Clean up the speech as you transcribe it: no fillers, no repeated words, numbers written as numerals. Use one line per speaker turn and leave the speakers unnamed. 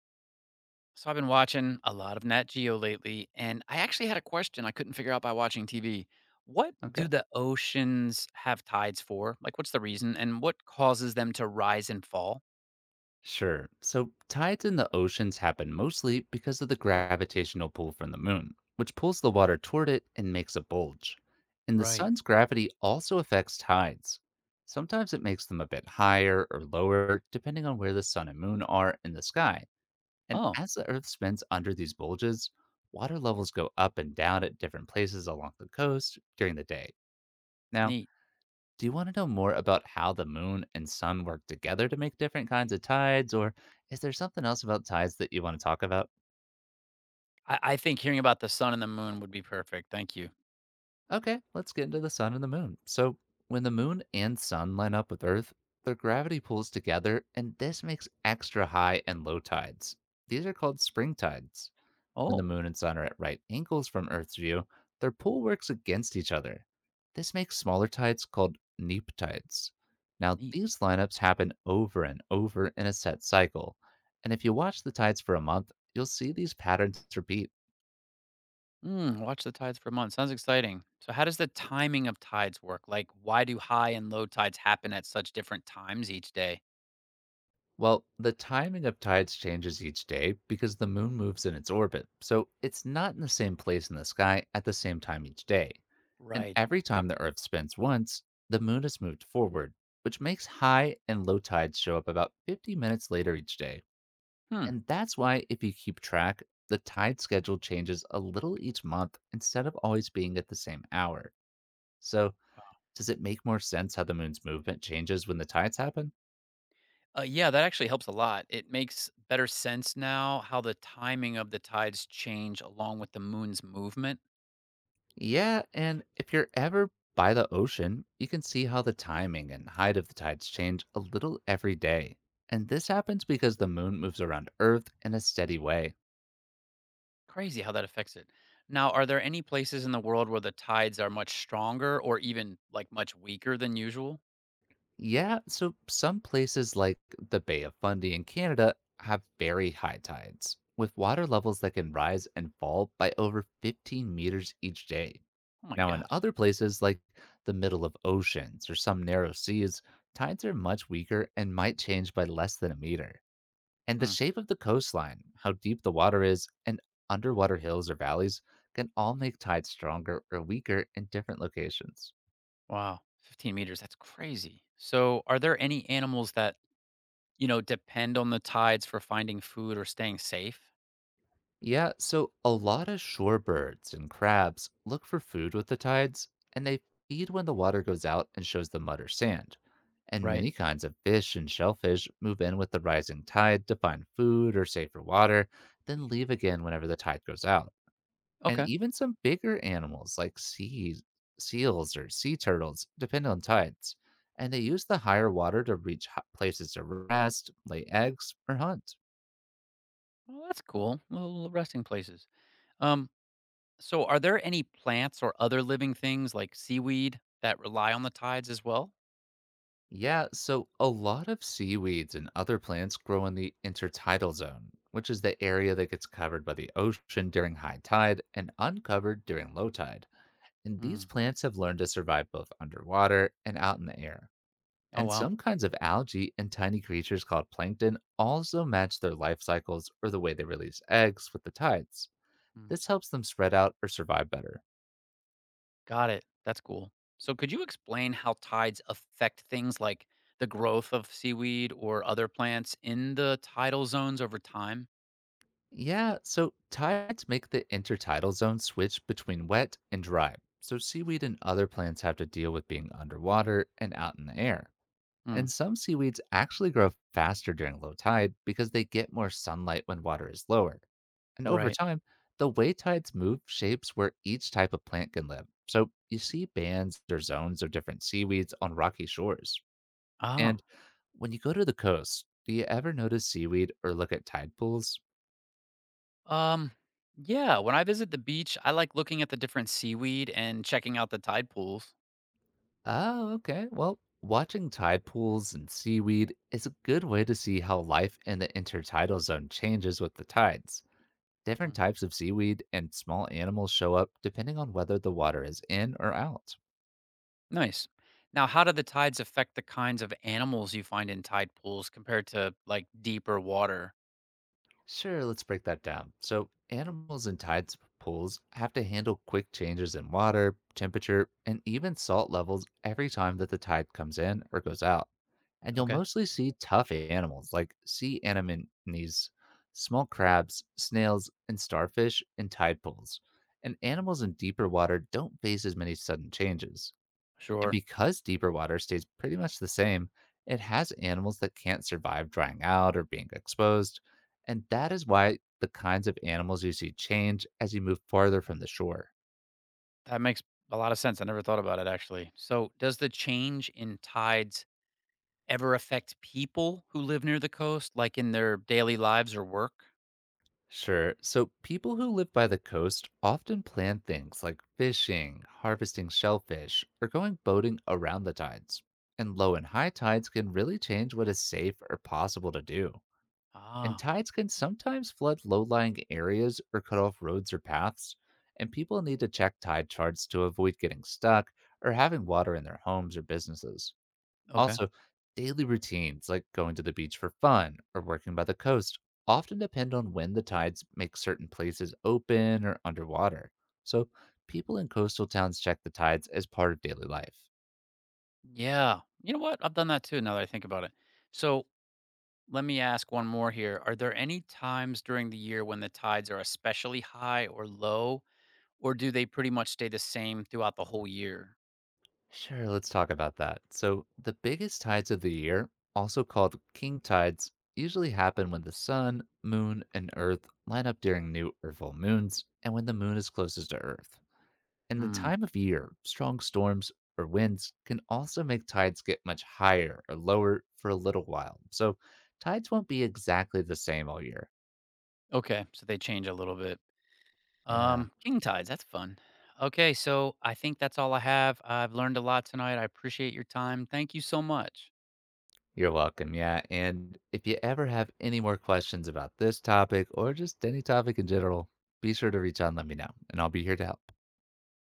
So I've been watching a lot of Nat Geo lately, and I actually had a question I couldn't figure out by watching TV. What do
Okay.
the oceans have tides for? Like, what's the reason, and what causes them to rise and fall?
Sure. So tides in the oceans happen mostly because of the gravitational pull from the moon, which pulls the water toward it and makes a bulge. And the
Right.
sun's gravity also affects tides. Sometimes it makes them a bit higher or lower, depending on where the sun and moon are in the sky. And
Oh,
as the earth spins under these bulges, water levels go up and down at different places along the coast during the day. Now,
neat.
do you want to know more about how the moon and sun work together to make different kinds of tides, or is there something else about tides that you want to talk about?
I think hearing about the sun and the moon would be perfect. Thank you.
Okay, let's get into the sun and the moon. So, when the moon and sun line up with Earth, their gravity pulls together, and this makes extra high and low tides. These are called spring tides. When the
Oh,
moon and sun are at right angles from Earth's view, their pull works against each other. This makes smaller tides called neap tides. Now,
neat.
these lineups happen over and over in a set cycle. And if you watch the tides for a month, you'll see these patterns repeat.
Mm, watch the tides for a month. Sounds exciting. So, how does the timing of tides work? Like, why do high and low tides happen at such different times each day?
Well, the timing of tides changes each day because the moon moves in its orbit, so it's not in the same place in the sky at the same time each day. And
Right.
every time the Earth spins once, the moon has moved forward, which makes high and low tides show up about 50 minutes later each day.
Hmm.
And that's why, if you keep track, the tide schedule changes a little each month instead of always being at the same hour. So, does it make more sense how the moon's movement changes when the tides happen?
Yeah, that actually helps a lot. It makes better sense now how the timing of the tides change along with the moon's movement.
Yeah, and if you're ever by the ocean, you can see how the timing and height of the tides change a little every day. And this happens because the moon moves around Earth in a steady way.
Crazy how that affects it. Now, are there any places in the world where the tides are much stronger or even like much weaker than usual?
Yeah, so some places like the Bay of Fundy in Canada have very high tides, with water levels that can rise and fall by over 15 meters each day.
Oh my
Now, in
gosh.
other places like the middle of oceans or some narrow seas, tides are much weaker and might change by less than a meter. And the
Hmm.
shape of the coastline, how deep the water is, and underwater hills or valleys can all make tides stronger or weaker in different locations.
Wow. 15 meters. That's crazy. So, are there any animals that, you know, depend on the tides for finding food or staying safe?
Yeah, so a lot of shorebirds and crabs look for food with the tides, and they feed when the water goes out and shows the mud or sand. And
Right.
many kinds of fish and shellfish move in with the rising tide to find food or safer water, then leave again whenever the tide goes out. And
Okay.
even some bigger animals like sea seals or sea turtles depend on tides, and they use the higher water to reach places to rest, lay eggs, or hunt.
Well, that's cool. Little resting places. Um, So, are there any plants or other living things like seaweed that rely on the tides as well?
Yeah, so a lot of seaweeds and other plants grow in the intertidal zone, which is the area that gets covered by the ocean during high tide and uncovered during low tide. And
Mm.
these plants have learned to survive both underwater and out in the air.
Oh,
And
wow.
some kinds of algae and tiny creatures called plankton also match their life cycles or the way they release eggs with the tides.
Mm.
This helps them spread out or survive better.
Got it. That's cool. So, could you explain how tides affect things like the growth of seaweed or other plants in the tidal zones over time?
Yeah, so tides make the intertidal zone switch between wet and dry. So seaweed and other plants have to deal with being underwater and out in the air.
Mm.
And some seaweeds actually grow faster during low tide because they get more sunlight when water is lower. And over
Right.
time, the way tides move shapes where each type of plant can live. So you see bands or zones of different seaweeds on rocky shores.
Oh.
And when you go to the coast, do you ever notice seaweed or look at tide pools?
Um, yeah, when I visit the beach, I like looking at the different seaweed and checking out the tide pools.
Oh, okay. Well, watching tide pools and seaweed is a good way to see how life in the intertidal zone changes with the tides. Different types of seaweed and small animals show up depending on whether the water is in or out.
Nice. Now, how do the tides affect the kinds of animals you find in tide pools compared to like deeper water?
Sure, let's break that down. So, animals in tides pools have to handle quick changes in water, temperature, and even salt levels every time that the tide comes in or goes out. And you'll
Okay.
mostly see tough animals like sea anemones, small crabs, snails, and starfish in tide pools. And
Mm,
animals in deeper water don't face as many sudden changes. And
sure.
because deeper water stays pretty much the same, it has animals that can't survive drying out or being exposed. And that is why the kinds of animals you see change as you move farther from the shore.
That makes a lot of sense. I never thought about it actually. So, does the change in tides ever affect people who live near the coast, like in their daily lives or work?
Sure, so people who live by the coast often plan things like fishing, harvesting shellfish, or going boating around the tides. And low and high tides can really change what is safe or possible to do. And
Ah,
tides can sometimes flood low lying areas or cut off roads or paths, and people need to check tide charts to avoid getting stuck or having water in their homes or businesses.
okay.
Also, daily routines like going to the beach for fun or working by the coast often depend on when the tides make certain places open or underwater. So, people in coastal towns check the tides as part of daily life.
Yeah. You know what? I've done that too now that I think about it. So, let me ask one more here. Are there any times during the year when the tides are especially high or low? Or do they pretty much stay the same throughout the whole year?
Sure, let's talk about that. So, the biggest tides of the year, also called king tides, usually happen when the sun, moon, and earth line up during new or full moons and when the moon is closest to earth. In the
Mm,
time of year, strong storms or winds can also make tides get much higher or lower for a little while. So, tides won't be exactly the same all year.
okay, so they change a little bit.
Yeah.
King tides, that's fun. Okay, so I think that's all I have. I've learned a lot tonight. I appreciate your time. Thank you so much.
You're welcome. Yeah. And if you ever have any more questions about this topic or just any topic in general, be sure to reach out and let me know, and I'll be here to help.